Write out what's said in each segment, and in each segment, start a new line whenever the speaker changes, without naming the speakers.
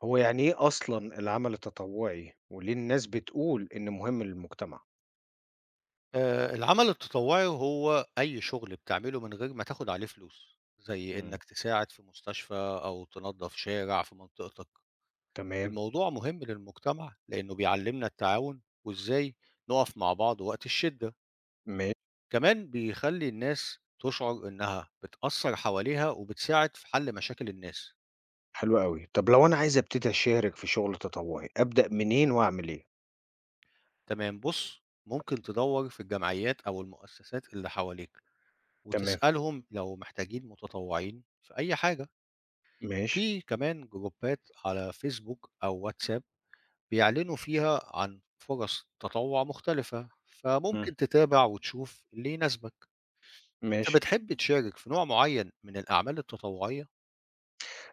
هو يعني إيه أصلًا العمل التطوعي، وليه الناس بتقول إنه مهم للمجتمع؟
العمل التطوعي هو أي شغل بتعمله من غير ما تاخد عليه فلوس، زي
إمم.
إنك تساعد في مستشفى أو تنضف شارع في منطقتك.
تمام،
الموضوع مهم للمجتمع لأنه بيعلمنا التعاون وإزاي نقف مع بعض وقت الشدة،
ماشي،
كمان بيخلي الناس تشعر إنها بتأثر حواليها وبتساعد في حل مشاكل الناس.
حلو أوي. طب لو أنا عايز أبتدي أشارك في شغل تطوعي، أبدأ منين وأعمل إيه؟
تمام، بُص ممكن تدوّر في الجمعيات أو المؤسسات اللي حواليك
تمام،
وتسألهم لو محتاجين متطوعين في أي حاجة.
ماشي،
في كمان جروبات على فيسبوك أو واتساب بيعلنوا فيها عن فرص تطوع مختلفة
إمم.
فممكن تتابع وتشوف اللي يناسبك. أنت
ماشي.
بتحب تشارك في نوع معين من الأعمال التطوعية؟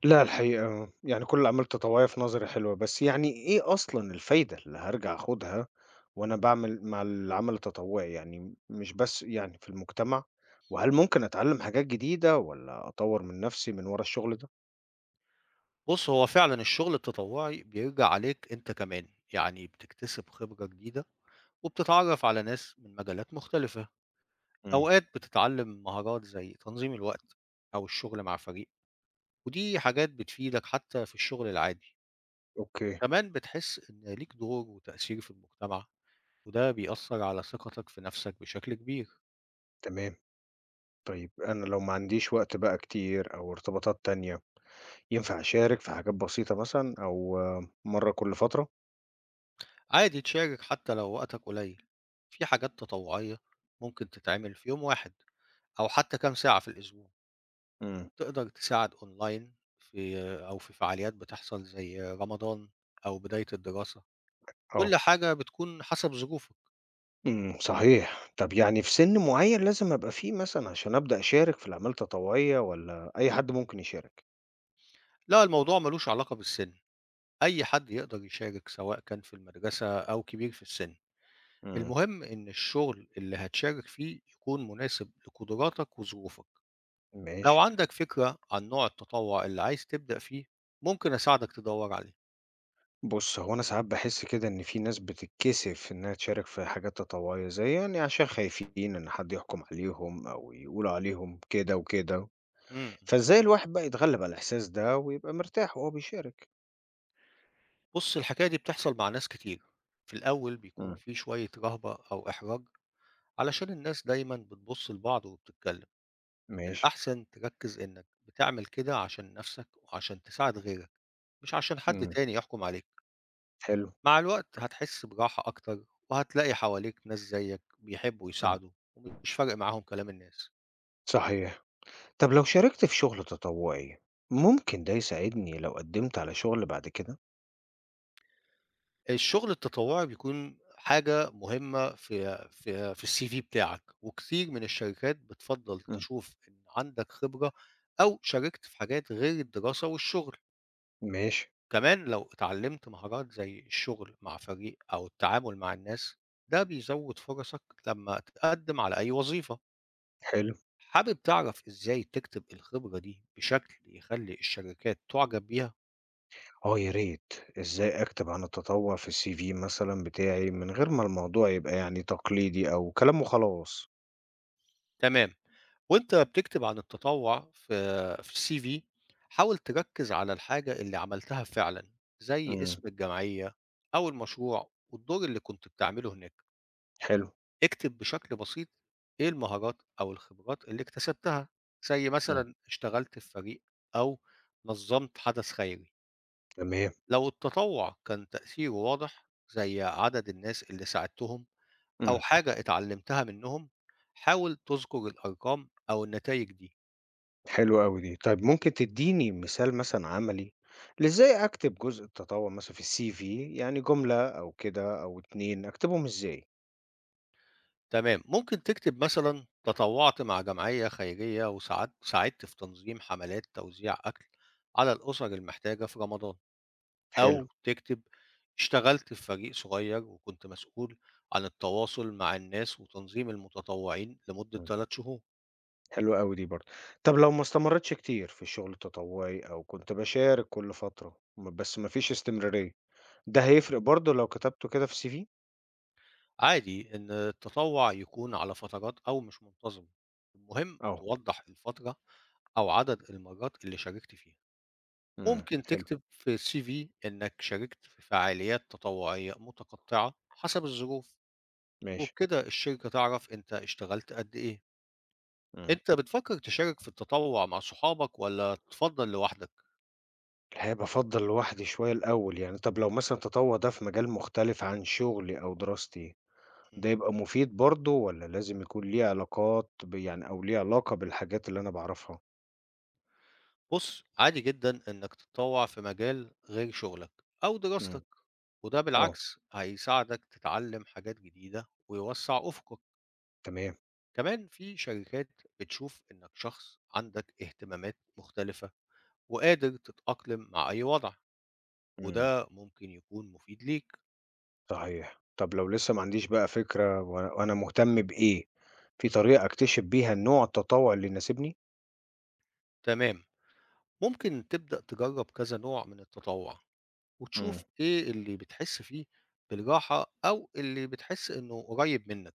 لا الحقيقة يعني كل الأعمال التطوعية في نظري حلوة، بس يعني إيه أصلًا الفايدة اللي هارجع آخدها وأنا باعمل مع العمل التطوعي، يعني مش بس يعني في المجتمع، وهل ممكن أتعلم حاجات جديدة والّا أطوّر من نفسي من ورا الشغل ده؟
بص هو فعلا الشغل التطوعي بيرجع عليك أنت كمان، يعني بتكتسب خبرة جديدة وبتتعرف على ناس من مجالات مختلفة.
إمم،
أوقات بتتعلم مهارات زي تنظيم الوقت أو الشغل مع فريق ودي حاجات بتفيدك حتى في الشغل العادي.
أوكي.
كمان بتحس إن ليك دور وتأثير في المجتمع وده بيأثر على ثقتك في نفسك بشكل كبير.
تمام. طيب أنا لو ما عنديش وقت بقى كتير أو ارتباطات تانية، ينفع أشارك في حاجات بسيطة مثلًا أو آه، مرّة كل فترة؟
عادي تشارك حتى لو وقتك قليل، في حاجات تطوعية ممكن تتعمل في يوم واحد أو حتى كام ساعة في الأسبوع.
إمم،
تقدر تساعد أونلاين، في أو في فعاليات بتحصل زي رمضان أو بداية الدراسة،
آه،
كل حاجة بتكون حسب ظروفك.
إمم، صحيح. طب يعني في سِن معيّن لازم أبقى فيه مثلًا عشان أبدأ أشارك في الأعمال التطوعية والّا أي حد ممكن يشارك؟
لا الموضوع ملوش علاقة بالسن، أي حد يقدر يشارك سواء كان في المدرسة أو كبير في السن.
إمم،
المهم إن الشغل اللي هتشارك فيه يكون مناسب لقدراتك وظروفك. لو
ماشي.
عندك فكرة عن نوع التطوع اللي عايز تبدأ فيه ممكن أساعدك تدور عليه.
بُص، هو أنا ساعات باحس كده إن في ناس بتتكسف إنها تشارك في حاجات تطوعية، زي يعني عشان خايفين إن حد يحكم عليهم أو يقول عليهم كده وكده.
مم.
فإزاي الواحد بقى يتغلب على الإحساس ده ويبقى مرتاح وهو بيشارك؟
بص الحكاية دي بتحصل مع ناس كتير، في الأول بيكون
إمم.
في شوية رهبة أو إحراج علشان الناس دايما بتبص لبعض وبتتكلم.
ماشي.
الأحسن تركز إنك بتعمل كده عشان نفسك وعشان تساعد غيرك، مش عشان حد
إمم.
تاني يحكم عليك.
حلو.
مع الوقت هتحس براحة أكتر وهتلاقي حواليك ناس زيك بيحبوا
إمم.
يساعدوا ومش فارق معاهم كلام الناس.
صحيح. طب لو شاركت في شغل تطوعي، ممكن ده يساعدني لو قدمت على شغل بعد كده؟
الشغل التطوعي بيكون حاجة مهمة في السي في بتاعك، وكتير من الشركات بتفضل
إمم.
تشوف إن عندك خبرة أو شاركت في حاجات غير الدراسة والشغل.
ماشي،
كمان لو اتعلمت مهارات زي الشغل مع فريق أو التعامل مع الناس، ده بيزود فرصك لما تقدم على أي وظيفة.
حلو.
حابب تعرف إزاي تكتب الخبرة دي بشكل يخلّي الشركات تُعجب بيها؟
آه يا ريت. إزاي أكتب عن التطوع في الCV مثلًا بتاعي من غير ما الموضوع يبقى يعني تقليدي أو كلام وخلاص؟
تمام، وأنت بتكتب عن التطوّع في الCV حاول تركّز على الحاجة اللي عملتها فعلًا، زي
إمم.
اسم الجمعية أو المشروع والدور اللي كنت بتعمله هناك.
حلو.
اكتب بشكل بسيط إيه المهارات أو الخبرات اللي اكتسبتها، زي
إمم.
مثلًا اشتغلت في فريق أو نظّمت حدث خيري.
تمام.
لو التطوّع كان تأثيره واضح، زي عدد الناس اللي ساعدتهم أو
إمم.
حاجة اتعلمتها منهم، حاول تذكر الأرقام أو النتايج دي.
حلو أوي دي. طيب ممكن تدّيني مثال مثلًا عملي لإزاي أكتب جزء التطوع مثلًا في الCV يعني جملة أو كده أو 2 أكتبهم إزاي؟
تمام، ممكن تكتب مثلًا تطوعت مع جمعية خيرية وساعدت في تنظيم حملات توزيع أكل على الأسر المحتاجة في رمضان،
حلو،
أو تكتب اشتغلت في فريق صغير وكنت مسؤول عن التواصل مع الناس وتنظيم المتطوعين لمدة
إمم،
3 شهور.
حلو أوي دي برضه. طب لو ما استمرّيتش كتير في الشغل التطوعي أو كنت باشارك كل فترة بس ما فيش استمرارية، ده هيفرق برضه لو كتبته كده في الCV؟
عادي إن التطوع يكون على فترات أو مش منتظم، المهم
آه،
توضح الفترة أو عدد المرات اللي شاركت فيها.
إمم،
ممكن
حلو،
تكتب في السي في إنك شاركت في فعاليات تطوعية متقطعة حسب الظروف،
ماشي،
وبكده الشركة تعرف أنت اشتغلت قد إيه.
إمم.
أنت بتفكر تشارك في التطوع مع صحابك ولا تفضل لوحدك؟
هيبقى أفضّل لوحدي شوية الأول يعني. طب لو مثلًا التطوع ده في مجال مختلف عن شغلي أو دراستي، ده يبقى مفيد برضه والّا لازم يكون ليه علاقات ب يعني أو ليه علاقة بالحاجات اللي أنا باعرفها؟
بُص، عادي جدًا إنك تتطوّع في مجال غير شغلك أو دراستك،
إمم،
وده
آه،
بالعكس هيساعدك تتعلم حاجات جديدة ويوسّع أفقك.
تمام،
كمان في شركات بتشوف إنك شخص عندك اهتمامات مختلفة وقادر تتأقلم مع أي وضع،
إمم،
وده ممكن يكون مفيد ليك.
صحيح. طب لو لسه ما عنديش بقى فكرة وأنا مهتم بإيه، في
إمم،
طريقة أكتشف بيها نوع التطوع اللي يناسبني؟
تمام، ممكن تبدأ تجرّب كذا نوع من التطوّع
إمم،
وتشوف إيه اللي بتحس فيه بالراحة أو اللي بتحس إنه قريب منك.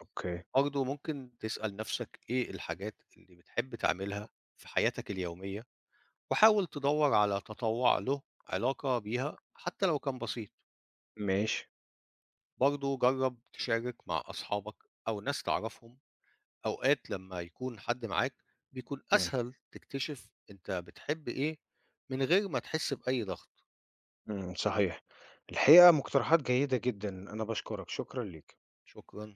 أوكي،
برضه ممكن تسأل نفسك إيه الحاجات اللي بتحب تعملها في حياتك اليومية وحاول تدور على تطوع له علاقة بيها حتى لو كان بسيط.
ماشي،
برضه جرب تشارك مع أصحابك أو ناس تعرفهم، أوقات لما يكون حد معاك بيكون
إمم،
أسهل تكتشف أنت بتحب إيه من غير ما تحس بأي ضغط.
إمم، صحيح. الحقيقة مقترحات جيدة جدًا، أنا باشكرك، شكرًا ليك.
شكرا.